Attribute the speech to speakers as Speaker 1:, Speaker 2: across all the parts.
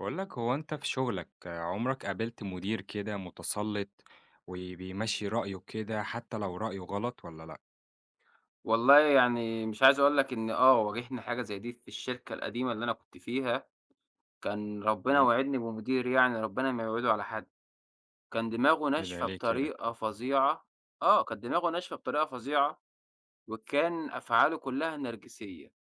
Speaker 1: باقول لك هو أنت في شغلك عمرك قابلت مدير كده متسلّط وبيمشّي رأيه كده حتى لو رأيه غلط والّا لأ؟
Speaker 2: والله يعني مش عايز أقول لك إن آه، واجهني حاجة زي دي في الشركة القديمة اللي أنا كنت فيها، كان ربنا
Speaker 1: إمم.
Speaker 2: واعدني بمدير يعني ربنا ما يوعده على حد، كان دماغه
Speaker 1: إيه ده
Speaker 2: ناشفة
Speaker 1: ليه كده؟
Speaker 2: بطريقة فظيعة. آه، كانت دماغه ناشفة بطريقة فظيعة، وكان أفعاله كلها نرجسية،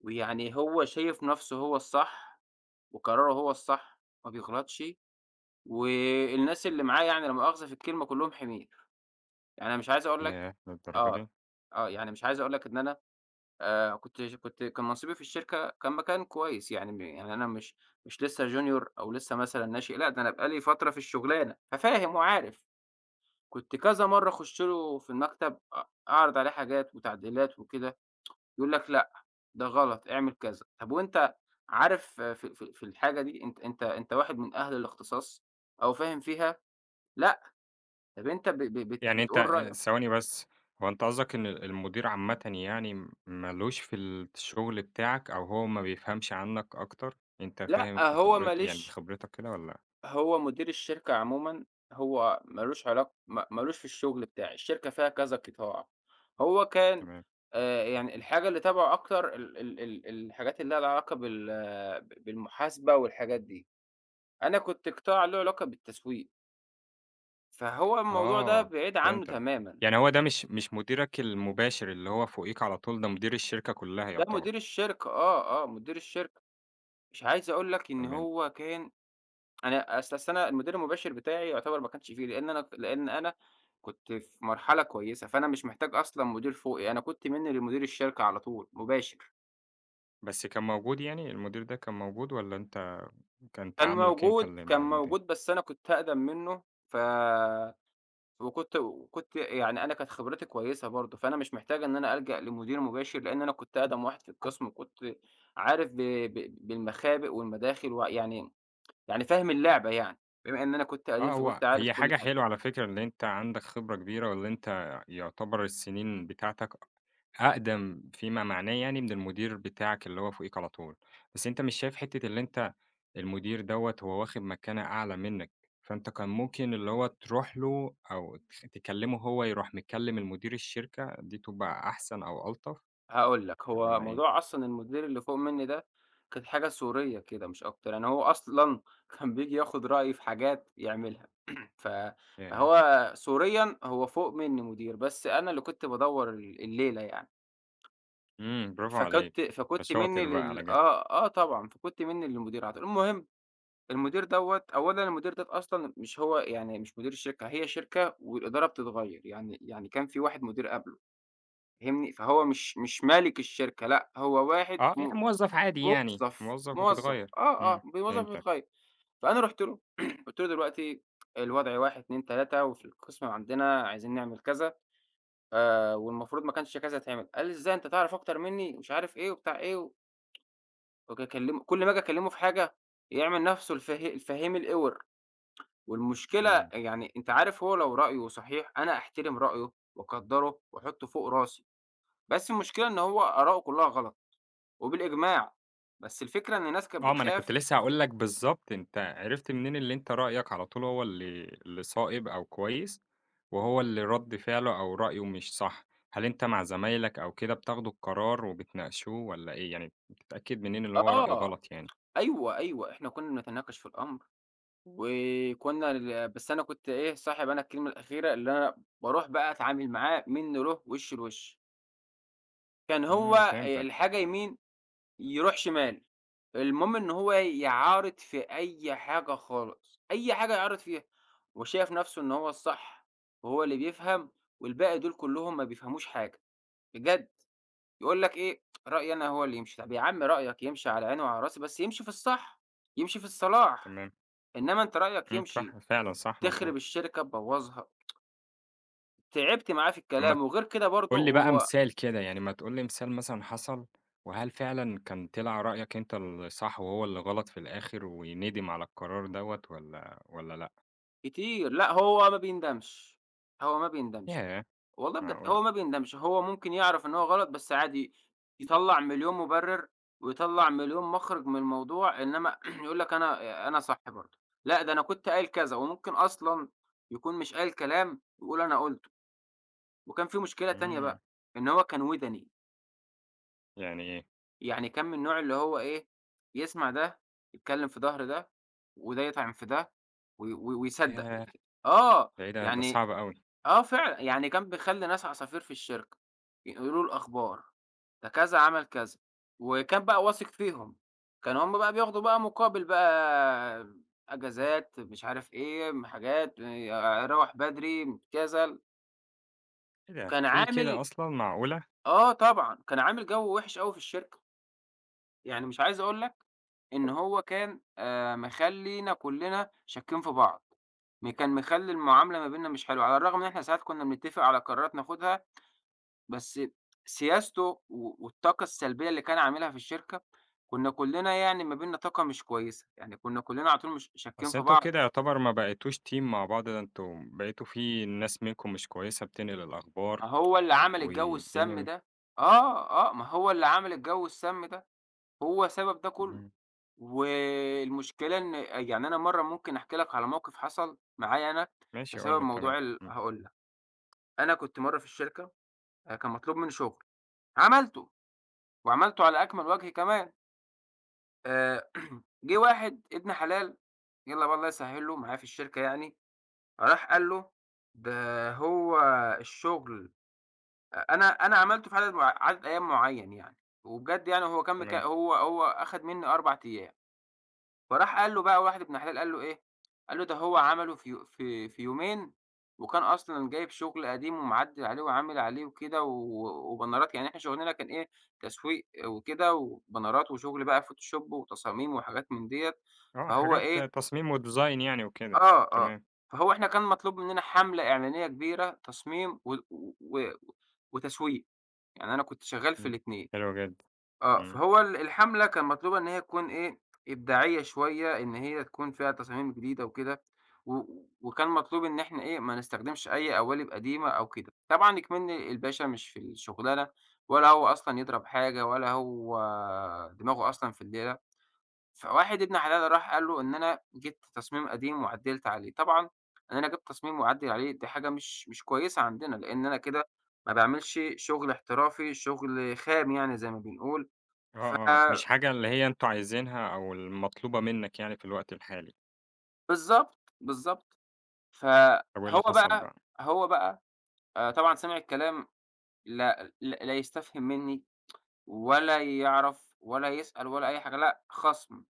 Speaker 2: ويعني هو شايف نفسه هو الصح، وقراره هو الصح، ما بيغلطش، والناس اللي معاه يعني لا مؤاخذة في الكلمة كلّهم حمير، يعني أنا مش عايز أقول لك.
Speaker 1: ياه! للدرجة دي!
Speaker 2: آه، آه، يعني مش عايز أقول لك إن أنا كنت ش كنت كان منصبي في الشركة كان مكان كويس، يعني م يعني أنا مش لسه junior أو لسه مثلًا ناشئ، لأ ده أنا بقى لي فترة في الشغلانة، ففاهم وعارف. كنت كذا مرّة أخُش له في المكتب أعرض عليه حاجات وتعديلات وكده، يقول لك: "لأ، ده غلط، اعمل كذا." طب وأنت عارف آه، في الحاجة دي، أنت واحد من أهل الاختصاص أو فاهم فيها؟ لأ. طب أنت ب ب بت
Speaker 1: يعني أنت
Speaker 2: بتقول رأيك.
Speaker 1: ثواني بس، هو أنت قصدك إن المدير عامةً يعني مالوش في الشغل بتاعك أو هو ما بيفهمش عنك أكتر؟ أنت
Speaker 2: لأ،
Speaker 1: فاهم في
Speaker 2: هو ما
Speaker 1: يعني
Speaker 2: ليش،
Speaker 1: بخبرتك كده والّا لأ؟
Speaker 2: هو مدير الشركة عمومًا، هو مالوش علاق ما مالوش في الشغل بتاعي، الشركة فيها كذا قطاع، هو كان
Speaker 1: تمام.
Speaker 2: يعني الحاجة اللي تابعه أكتر ال الحاجات اللي لها علاقة بال آه، بالمحاسبة والحاجات دي، أنا كنت قطاع له علاقة بالتسويق، فهو الموضوع ده
Speaker 1: آه،
Speaker 2: بعيد عنه
Speaker 1: فهمتك.
Speaker 2: تمامًا.
Speaker 1: يعني هو ده مش مديرك المباشر اللي هو فوقيك على طول، ده مدير الشركة كلّها
Speaker 2: ده
Speaker 1: يعتبر.
Speaker 2: مدير الشركة آه، آه، مدير الشركة، مش عايز أقول لك إن
Speaker 1: تمام.
Speaker 2: هو كان. أنا أصل أنا المدير المباشر بتاعي يعتبر ما كانش فيه، لإن أنا كنت في مرحلة كويسة، فأنا مش محتاج أصلًا مدير فوقي، أنا كنت مني لمدير الشركة على طول مباشر.
Speaker 1: بس كان موجود يعني، المدير ده كان موجود والّا أنت كان
Speaker 2: كان
Speaker 1: تعاملك أنت
Speaker 2: موجود
Speaker 1: اللي
Speaker 2: كان
Speaker 1: مع المدير؟
Speaker 2: موجود، بس أنا كنت أقدم منه، ف وكنت يعني أنا كانت خبرتي كويسة برضه، فأنا مش محتاج إن أنا ألجأ لمدير مباشر، لإن أنا كنت أقدم واحد في القسم، وكنت عارف ب ب بالمخابئ والمداخل ويعني، يعني فاهم اللعبة يعني، بما إن أنا كنت قديم
Speaker 1: آه، هو
Speaker 2: فكنت عارف
Speaker 1: هي
Speaker 2: كل
Speaker 1: حاجة
Speaker 2: حاجة.
Speaker 1: حلوة على فكرة إن أنت عندك خبرة كبيرة، والّا أنت يعتبر السنين بتاعتك أقدم فيما معناه يعني من المدير بتاعك اللي هو فوقيك على طول، بس أنت مش شايف حتّة اللي أنت المدير دوّة هو واخد مكانة أعلى منّك، فأنت كان ممكن اللي هو تروح له أو تكلمه هو يروح مكلم المدير الشركة، دي تبقى أحسن أو ألطف
Speaker 2: هاقول لك، هو
Speaker 1: والّا
Speaker 2: موضوع
Speaker 1: إيه؟
Speaker 2: أصلًا المدير اللي فوق منّي ده، كانت حاجة سورية كده مش أكتر، يعني هو أصلًا كان بييجي ياخد رأيي في حاجات يعملها، ف
Speaker 1: ياه!
Speaker 2: فهو سوريًا هو فوق منّي مدير، بس أنا اللي كنت بادوّر الليلة يعني،
Speaker 1: برافو عليك،
Speaker 2: فكنت
Speaker 1: أنت
Speaker 2: فكنت منّي
Speaker 1: شاطر بقى على
Speaker 2: لل
Speaker 1: كده.
Speaker 2: آه، آه طبعًا، فكنت منّي للمدير على طول. المهم المدير دوّة أولًا المدير ده أصلًا مش هو يعني مش مدير الشركة، هي شركة والإدارة بتتغيّر، يعني كان في واحد مدير قبله، فاهمني؟ فهو مش مالك الشركة لأ، هو واحد
Speaker 1: آه، يعني
Speaker 2: م
Speaker 1: موظّف عادي يعني،
Speaker 2: موظف،
Speaker 1: موظّف
Speaker 2: موظف،
Speaker 1: وبتغيّر.
Speaker 2: آه، آه، موظف
Speaker 1: فهمتك.
Speaker 2: متغيّر. فأنا رُحت له قُلت له دلوقتي الوضع 1، 2، 3 وفي القسم عندنا عايزين نعمل كذا، والمفروض ما كانش كذا يتعمل، قال لي: "إزاي أنت تعرف أكتر منّي؟" ومش عارف إيه وبتاع إيه، وأكلمه كل ما آجي أكلمه في حاجة يعمل نَفْسه الفهيم الأوِر، والمشكلة
Speaker 1: إمم.
Speaker 2: يعني أنت عارف هو لو رأيه صحيح أنا أحترم رأيه وأقدّره وأحطّه فوق راسي، بس المشكلة إن هو آراؤه كلّها غلط وبالإجماع، بس الفكرة إن الناس كانت
Speaker 1: آه، ما أنا كنت
Speaker 2: بتخاف.
Speaker 1: لسه هاقول لك بالضبط، أنت عرفت منين اللي أنت رأيك على طول هو اللي صائب أو كويس، وهو اللي رَد فعله أو رأيه مش صح؟ هل أنت مع زمايلك أو كده بتاخدوا القرار وبتناقشوه والّا إيه؟ يعني بتتأكد منين اللي هو رأيه
Speaker 2: آه.
Speaker 1: غلط يعني؟
Speaker 2: أيوه، أيوه، إحنا كنا بنتناقش في الأمر. إمم. وكنا ال بس أنا كنت إيه، صاحب أنا الكلمة الأخيرة، اللي أنا باروح بقى أتعامل معاه منّه له، وِش لوِش. كان هو
Speaker 1: فهمتك،
Speaker 2: الحاجة يمين، يروح شمال. المهم إن هو يعارض في أي حاجة خالص، أي حاجة يعارض فيها، وشايف نَفْسه إن هو الصح، وهو اللي بيفهم، والباقي دول كلّهم ما بيفهموش حاجة، بجد. يقول لك إيه، رأيي أنا هو اللي يمشي. طَب يا عم رأيك يمشي على عيني وعلى راسي، بس يمشي في الصح، يمشي في الصلاح.
Speaker 1: تمام.
Speaker 2: إنما أنت رأيك يمشي،
Speaker 1: صح، فعلًا صح،
Speaker 2: تخرب
Speaker 1: مضبوط.
Speaker 2: الشركة تبوّظها، تعبت معاه في
Speaker 1: طب ما
Speaker 2: الكلام، وغير كده برضه
Speaker 1: قُل لي بقى
Speaker 2: هو
Speaker 1: مثال كده، يعني ما تقول لي مثال مثلًا حصل، وهل فعلًا كان طلع رأيك أنت الصح وهو اللي غلط في الآخر وندم على القرار دوّة والّا لأ؟
Speaker 2: كتير لأ هو ما بيندمش، هو ما بيندمش،
Speaker 1: ياه!
Speaker 2: والله بجد
Speaker 1: معقولة!
Speaker 2: هو ما بيندمش، هو ممكن يعرف إن هو غلط بس عادي يطلّع مليون مُبرر، ويطلّع مليون مخرج من الموضوع، إنما يقول لك أنا صح برضه، لأ ده أنا كنت قايل كذا، وممكن أصلًا يكون مش قايل كلام ويقول أنا قُلته، وكان في مشكلة تانية
Speaker 1: إمم،
Speaker 2: بقى، إن هو كان وِدَني.
Speaker 1: يعني ايه؟
Speaker 2: يعني كان من النوع اللي هو إيه، يسمع ده، يتكلّم في ضهر ده، وده يطعن في ده، وي وي ويصدّق.
Speaker 1: ياه!
Speaker 2: آه،
Speaker 1: ده إيه ده، ده
Speaker 2: يعني
Speaker 1: صعب أوي.
Speaker 2: آه فعلًا، يعني كان بيخلّي ناس عصافير في الشركة، ينقلوا له الأخبار، ده كذا عمل كذا، وكان بقى واثق فيهم. كانوا هم بقى بياخدوا بقى مقابل بقى أجازات، مش عارف إيه، حاجات، روّح بدري، كذا.
Speaker 1: إيه ده،
Speaker 2: كان
Speaker 1: في كده
Speaker 2: عامل
Speaker 1: أصلًا، معقولة!
Speaker 2: آه طبعًا، كان عامل جو وِحِش أوي في الشركة. يعني مش عايز أقول لك إن هو كان مخلّينا كُلّنا شاكين في بعض، كان مخلّي المعاملة ما بيننا مش حلوة، على الرغم إن إحنا ساعات كُنّا بنتّفق على قرارات ناخدها، بس سياسته والطاقة السلبية اللي كان عاملها في الشركة، كُنّا كُلّنا يعني ما بيننا طاقة مش كويسة، يعني كُنّا كُلّنا على طول مش شاكين
Speaker 1: أصل
Speaker 2: في
Speaker 1: أنتم
Speaker 2: بعض،
Speaker 1: كده يعتبر ما بقيتوش team مع بعض، ده أنتم بقيتوا في ناس منكم مش كويسة بتنقل الأخبار
Speaker 2: ما هو اللي عمل الجو
Speaker 1: والدنيا
Speaker 2: السَّام
Speaker 1: م
Speaker 2: ده، آه، آه، ما هو اللي عمل الجو السَّام ده، هو سبب ده كُلّه.
Speaker 1: إمم،
Speaker 2: والمشكلة إن آه، يعني أنا مرّة ممكن أحكي لك على موقف حصل معايا أنا
Speaker 1: ماشي قُل
Speaker 2: بسبب
Speaker 1: لي، تمام،
Speaker 2: موضوع
Speaker 1: إمم.
Speaker 2: هاقول لك، أنا كنت مرّة في الشركة كان مطلوب منّي شغل، عملته وعملته على أكمل وجه كمان، آآ جِه واحد ابن حلال يلّا بقى الله يسهّل له معايا في الشركة يعني، راح قال له ده هو الشغل أ أنا أنا عملته في عدد أيام معيّن يعني، وبجد يعني هو كان
Speaker 1: تمام.
Speaker 2: هو أخَد منّي 4 أيام. فراح قال له بقى واحد ابن حلال قال له إيه، قال له: "ده هو عمله في يو في في يومين وكان أصلًا جايب شغل قديم ومعدّل عليه وعامل عليه وكده وبانرات." يعني إحنا شغلنا كان إيه، تسويق وكده وبانرات وشغل بقى فوتوشوب وتصاميم وحاجات من ديّة،
Speaker 1: آه،
Speaker 2: فهو
Speaker 1: حاجات
Speaker 2: إيه
Speaker 1: تصميم وdesign يعني وكده،
Speaker 2: آه، آه.
Speaker 1: تمام.
Speaker 2: فهو إحنا كان مطلوب مننا حملة إعلانية كبيرة تصميم و و و وتسويق، يعني أنا كنت شغّال في
Speaker 1: إمم،
Speaker 2: الاتنين.
Speaker 1: حلو جدًا،
Speaker 2: آه،
Speaker 1: إمم.
Speaker 2: فهو الحملة كان مطلوب إن هي تكون إيه، إبداعية شوية، إن هي تكون فيها تصاميم جديدة وكده، و وكان مطلوب إن إحنا إيه، ما نستخدمش أي قوالب قديمة أو كده. طبعًا إكمني الباشا مش في الشغلانة ولا هو أصلًا يضرب حاجة ولا هو دماغه أصلًا في الليلة، فواحد ابن حلال راح قال له إن أنا جِبت تصميم قديم وعدّلت عليه. طبعًا إن أنا جِبت تصميم وأعدّل عليه دي حاجة مش كويسة عندنا، لإن أنا كده ما باعملش شغل احترافي، شغل خام يعني زي ما بنقول.
Speaker 1: آه،
Speaker 2: ف
Speaker 1: آه، مش حاجة اللي هي أنتم عايزينها أو المطلوبة منّك يعني في الوقت الحالي،
Speaker 2: بالضبط، بالضبط.
Speaker 1: طب وإيه
Speaker 2: فهو
Speaker 1: اللي حصل
Speaker 2: بقى
Speaker 1: بقى؟
Speaker 2: هو بقى طبعًا سمع الكلام لا لا لا يستفهم منّي ولا يعرف ولا يسأل ولا أي حاجة، لأ خَصْم.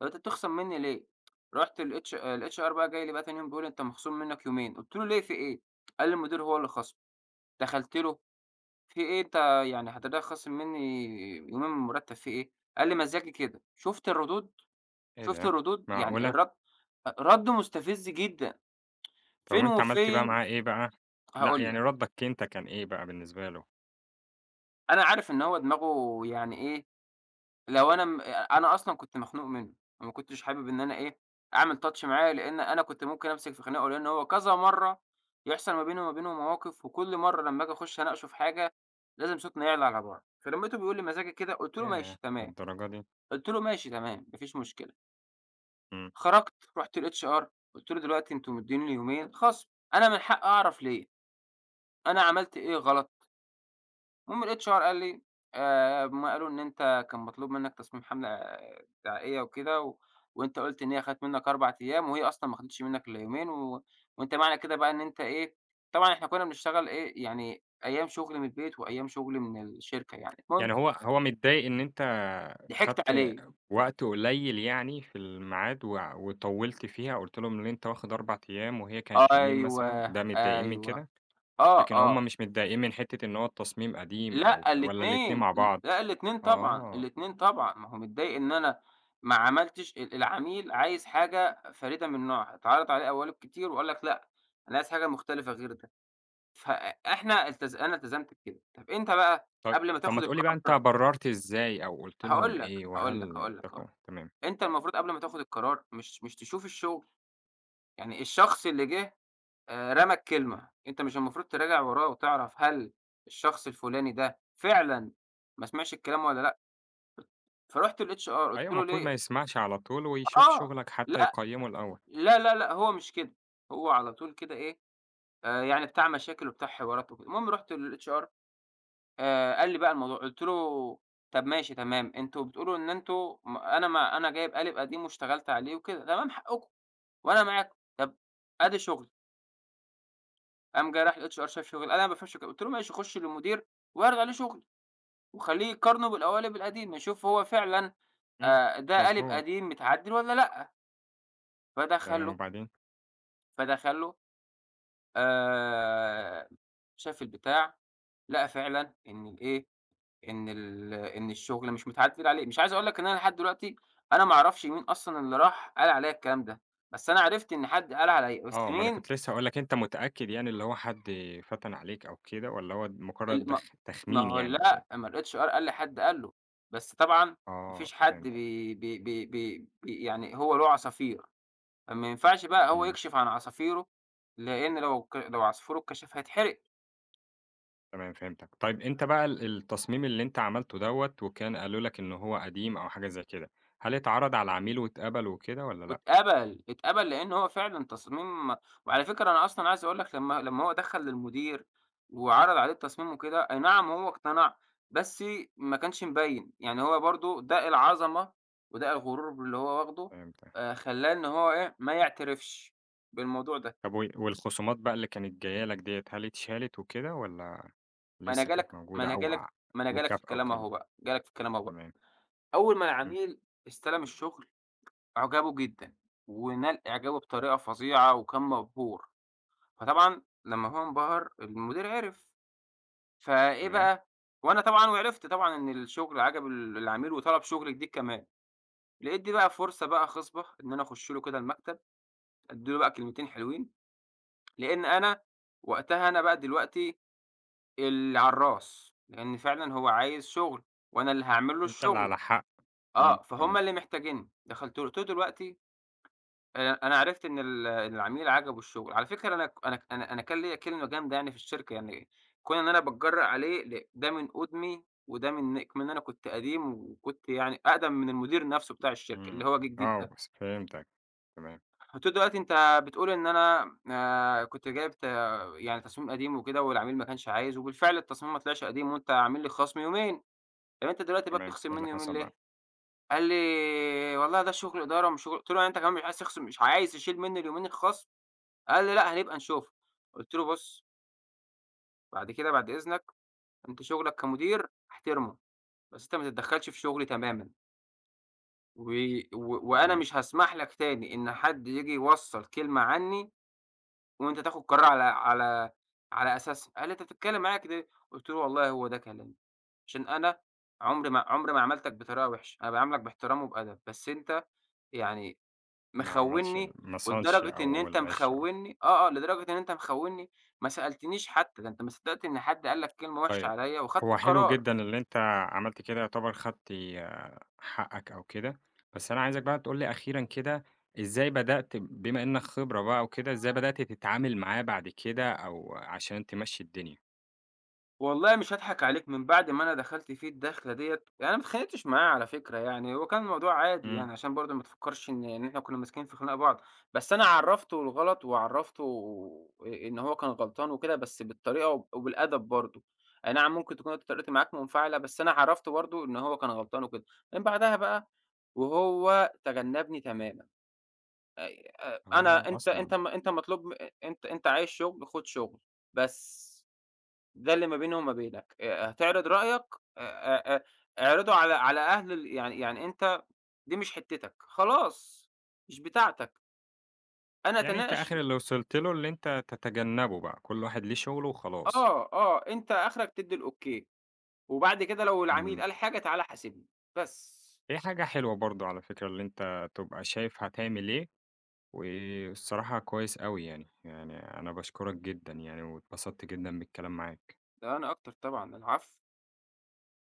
Speaker 2: طَب أنت بتخصم منّي ليه؟ رُحت الHR بقى جاي لي بقى تاني يوم بيقول لي: "أنت مخصوم منّك يومين." قُلت له: "ليه في إيه؟" قال لي: "المدير هو اللي خاصم." دخلت له: "في إيه أنت يعني حضرتك خاصم منّي يومين من المرتب في إيه؟" قال لي: "مزاجي كده." شُفت الردود؟
Speaker 1: إيه
Speaker 2: شُفت
Speaker 1: ده!
Speaker 2: الردود؟ يعني
Speaker 1: معقولة!
Speaker 2: الرد رَد مستفز جدًا.
Speaker 1: طب
Speaker 2: فين
Speaker 1: وأنت عملت بقى
Speaker 2: وفين
Speaker 1: معاه إيه بقى؟ لأ،
Speaker 2: هاقول
Speaker 1: يعني
Speaker 2: لك،
Speaker 1: ردّك أنت كان إيه بقى بالنسبة له؟
Speaker 2: أنا عارف إن هو دماغه يعني إيه، لو أنا م أنا أصلًا كنت مخنوق منه، وما كنتش حابب إن أنا إيه، أعمل touch معاه لإن أنا كنت ممكن أمسك في خناقه، لإن هو كذا مرّة يحصل ما بيني وما بينه مواقف، وكل مرّة لمّا آجي أخش أناقشه في حاجة لازم صوتنا يعلى على بعض، فلمّيته بيقول لي مزاجي كده قُلت له:
Speaker 1: ياه!
Speaker 2: "ماشي تمام."
Speaker 1: للدرجة دي!
Speaker 2: قُلت له: "ماشي تمام، ما فيش مشكلة."
Speaker 1: إمم،
Speaker 2: خرجت رُحت للHR قُلت له: "دلوقتي أنتم مدّيني يومين خصم، أنا من حقي أعرف ليه، أنا عملت إيه غلط؟" المهم الHR قال لي هُم قالوا إن أنت كان مطلوب منّك تصميم حملة آه، دعائية وكده وأنت قُلت إن هي خدت منّك 4 أيام وهي أصلًا ما خدتش منّك إلّا يومين وأنت معنى كده بقى إن أنت إيه، طبعًا إحنا كُنّا بنشتغل إيه، يعني أيام شُغل من البيت وأيام شُغل من الشركة يعني، المهم
Speaker 1: يعني هو متضايق إن أنت
Speaker 2: ضحكت
Speaker 1: خدت
Speaker 2: عليه.
Speaker 1: وقت قليّل يعني في الميعاد وطوّلت فيها، قُلت لهم إن أنت واخد 4 أيام وهي كانت يومين مثلًا،
Speaker 2: أيوه،
Speaker 1: ده متضايقين من
Speaker 2: أيوه.
Speaker 1: كده؟
Speaker 2: آه،
Speaker 1: لكن
Speaker 2: آه.
Speaker 1: هم مش متضايقين من حتّة إن هو التصميم قديم أو
Speaker 2: لأ
Speaker 1: والّا الاتنين
Speaker 2: الاتنين،
Speaker 1: مع بعض؟
Speaker 2: لأ الاتنين طبعًا،
Speaker 1: آه،
Speaker 2: الاتنين طبعًا، ما هو متضايق إن أنا ما عملتش العميل عايز حاجة فريدة من نوعها، اتعرض عليه قوالب كتير وقال لك لأ، أنا عايز حاجة مختلفة غير ده، فإحنا التز أنا التزمت بكده، طب أنت بقى
Speaker 1: طب
Speaker 2: قبل ما
Speaker 1: ما
Speaker 2: تاخد
Speaker 1: تقول لي بقى أنت
Speaker 2: القرار
Speaker 1: برّرت إزاي أو قُلت لهم
Speaker 2: هاقول لك،
Speaker 1: إيه
Speaker 2: هاقول لك،
Speaker 1: وهل
Speaker 2: هاقول لك، هاقول
Speaker 1: اتفقوا؟
Speaker 2: لك،
Speaker 1: تمام.
Speaker 2: أنت المفروض قبل ما تاخد القرار مش تشوف الشغل، يعني الشخص اللي جه رمى الكلمة، أنت مش المفروض تراجع وراه وتعرف هل الشخص الفلاني ده فعلًا ما سمعش الكلام والّا لأ؟ فرُحت للHR قُلت
Speaker 1: أيوه
Speaker 2: له
Speaker 1: المفروض
Speaker 2: ليه
Speaker 1: ما يسمعش على طول ويشوف
Speaker 2: آه،
Speaker 1: شغلك حتّى
Speaker 2: لأ،
Speaker 1: يقيّمه الأول.
Speaker 2: لا، لا، لأ، هو مش كده، هو على طول كده إيه، يعني بتاع مشاكل وبتاع حوارات وكده، المهم رُحت للHR قال لي بقى الموضوع، قُلت له: "طب ماشي تمام، أنتم بتقولوا إن أنتم م أنا ما أنا جايب قالب قديم واشتغلت عليه وكده، تمام حقكم وأنا معاكم، طب آدي شغلي." قام جاي رايح للHR شاف شغلي، قال: "أنا ما بافهمش." قُلت له: "ماشي خُش للمدير واعرض عليه شغلي وخلّيه يقارنه بالقوالب القديمة، يشوف هو فعلًا
Speaker 1: إمم،
Speaker 2: ده قالب
Speaker 1: مضبوط،
Speaker 2: قديم متعدل والّا لأ."
Speaker 1: تمام
Speaker 2: فدخل
Speaker 1: وبعدين؟
Speaker 2: فدخل آآ شاف البتاع، لقى فعلًا إن الإيه، إن الشغل مش متعدِّل عليه. مش عايز أقول لك إن أنا لحد دلوقتي أنا ما أعرفش مين أصلًا اللي راح قال عليّا الكلام ده، بس أنا عرفت إن حد قال عليّا، بس
Speaker 1: آه، ما أنا
Speaker 2: مين
Speaker 1: كنت لسه هاقول لك أنت متأكد يعني اللي هو حد فتَن عليك أو كده والّا هو مجرّد
Speaker 2: ال ما ما
Speaker 1: تخمين
Speaker 2: هو
Speaker 1: يعني وكده؟
Speaker 2: لأ، ما الHR قال لي حد قال له، بس طبعًا ما
Speaker 1: آه،
Speaker 2: فيش حد
Speaker 1: فهمتك،
Speaker 2: بي يعني هو له عصافير، فما ينفعش بقى هو
Speaker 1: إمم.
Speaker 2: يكشف عن عصافيره، لإن لو عصفوره اتكشف هيتحرق.
Speaker 1: تمام فهمتك. طيب أنت بقى التصميم اللي أنت عملته دوّة وكان قالوا لك إن هو قديم أو حاجة زي كده، هل اتعرض على العميل واتقبل وكده والّا لأ؟
Speaker 2: واتقبل، اتقبل لإن هو فعلًا تصميم، وعلى فكرة أنا أصلًا عايز أقول لك لمّا هو دخّل للمدير وعرض عليه التصميم وكده، أي نعم هو اقتنع، بس ما كانش مبيّن، يعني هو برضه داء العظمة وداء الغرور اللي هو واخده
Speaker 1: فهمتك.
Speaker 2: خلّاه إن هو إيه، ما يعترفش بالموضوع ده،
Speaker 1: طب والخصومات بقى اللي كانت جاية لك ديّة هل اتشالت وكده والّا
Speaker 2: ما أنا
Speaker 1: لسه كانت
Speaker 2: جالك ما
Speaker 1: موجودة
Speaker 2: أنا
Speaker 1: أو
Speaker 2: جالك ما أنا جالك في
Speaker 1: مكافأة
Speaker 2: الكلام
Speaker 1: وكده؟
Speaker 2: أهو بقى، جالك في الكلام أهو بقى.
Speaker 1: تمام،
Speaker 2: أول ما
Speaker 1: إمم،
Speaker 2: العميل استلم الشغل أعجبه جدًا، ونال إعجابه بطريقة فظيعة وكان مبهور. فطبعًا لمّا هو انبهر المدير عِرف، فإيه
Speaker 1: تمام.
Speaker 2: بقى، وأنا طبعًا وعرفت طبعًا إن الشغل عجب ال العميل وطلب شغل جديد كمان، لقيت دي بقى فرصة بقى خصبة إن أنا أخُش له كده المكتب، أدّي له بقى كلمتين حلوين، لإن أنا وقتها أنا بقى دلوقتي العرّاس، لإن فعلًا هو عايز شغل وأنا اللي هاعمل له
Speaker 1: أنت اللي
Speaker 2: الشغل،
Speaker 1: على حق.
Speaker 2: آه، فهُم
Speaker 1: تمام.
Speaker 2: اللي محتاجينّي، دخلت له قُلت له: "دلوقتي أنا عرفت إن ال العميل عجبه الشغل، على فكرة أنا ك أنا ك أنا أنا كان ليّا كلمة جامدة يعني في الشركة، يعني كون إن أنا باتجرأ عليه ده من قُدمي وده من كمان أنا كنت قديم وكنت يعني أقدم من المدير نفسه بتاع الشركة اللي
Speaker 1: إمم.
Speaker 2: هو جه جديد
Speaker 1: آه،
Speaker 2: ده،
Speaker 1: بس فهمتك. تمام،
Speaker 2: قُلت له دلوقتي أنت بتقول إن أنا كنت جايب يعني تصميم قديم وكده والعميل ما كانش عايز، وبالفعل التصميم ما طلعش قديم وأنت عامل لي خصم يومين، طب أنت دلوقتي بقى
Speaker 1: تمام.
Speaker 2: بتخصم
Speaker 1: إيه اللي
Speaker 2: مني يومين
Speaker 1: حصل بقى؟
Speaker 2: ليه؟ قال لي والله ده شغل إدارة ومش شغل، قُلت له يعني أنت كمان مش عايز تخصم مش عايز تشيل مني اليومين الخصم؟ قال لي: "لأ، هنبقى نشوفها." قُلت له: "بُص، بعد كده بعد إذنك أنت شغلك كمدير احترمه، بس أنت ما تتدخّلش في شغلي تمامًا، و و وأنا
Speaker 1: إمم،
Speaker 2: مش هاسمح لك تاني إن حد ييجي يوصّل كلمة عني وأنت تاخُد قرار على أساسها." قال لي: "أنت بتتكلم معايا كده ليه؟" قُلت له: "والله هو ده كلامي، عشان أنا عمري ما عاملتك بطريقة وِحشة، أنا باعاملك باحترام وبأدب، بس أنت يعني
Speaker 1: ما عملش
Speaker 2: مخوّنّي،
Speaker 1: ما صانش
Speaker 2: ولدرجة إن
Speaker 1: أو
Speaker 2: أنت
Speaker 1: العِشرة أو
Speaker 2: مخوّنّي آه، آه، لدرجة إن أنت مخوّنّي، ما سألتنيش حتى، ده أنت ما صدّقت إن حد قال لك كلمة وِحشة
Speaker 1: طيب،
Speaker 2: عليّا وخدت
Speaker 1: هو حلو
Speaker 2: القرار.
Speaker 1: جدًا اللي أنت عملت كده يعتبر خدت حقك أو كده، بس أنا عايزك بقى تقول لي أخيرًا كده إزاي بدأت بما إنك خبرة بقى وكده، إزاي بدأت تتعامل معاه بعد كده أو عشان تمشّي الدنيا؟
Speaker 2: والله مش هاضحك عليك، من بعد ما أنا دخلت فيه الدخلة ديّة يعني أنا ما اتخانقتش معاه على فكرة يعني، هو كان الموضوع عادي
Speaker 1: إمم،
Speaker 2: يعني عشان برضه ما تفكّرش إن إحنا كُنّا ماسكين في خناق بعض، بس أنا عرّفته الغلط وعرّفته إن هو كان غلطان وكده، بس بالطريقة وبالأدب برضه، أي نعم ممكن تكون أنت طريقتي معاك منفعلة، بس أنا عرّفته برضه إن هو كان غلطان وكده، من بعدها بقى وهو تجنّبني تمامًا،
Speaker 1: آه
Speaker 2: أنا أنت
Speaker 1: أصلًا،
Speaker 2: أنت م أنت مطلوب أنت عايز شُغل خُد شُغل، بس. ده اللي ما بيني وما بينك، هتعرض رأيك آآ آآ اعرضه على أهل ال يعني يعني أنت دي مش حتتك، خلاص مش بتاعتك، أنا
Speaker 1: يعني أنت
Speaker 2: أتناقش
Speaker 1: آخر اللي وصلت له اللي أنت تتجنبه بقى، كل واحد ليه شغله وخلاص،
Speaker 2: آه، آه، أنت آخرك تدّي الأوكي، وبعد كده لو العميل
Speaker 1: إمم،
Speaker 2: قال حاجة تعالَ حاسبني، بس،
Speaker 1: دي حاجة حلوة برضه على فكرة اللي أنت تبقى شايف هتعمل إيه والصراحة كويس أوي يعني، يعني أنا باشكرك جدًا يعني، واتبسطت جدًا بالكلام معاك.
Speaker 2: لا أنا أكتر طبعًا، العفو.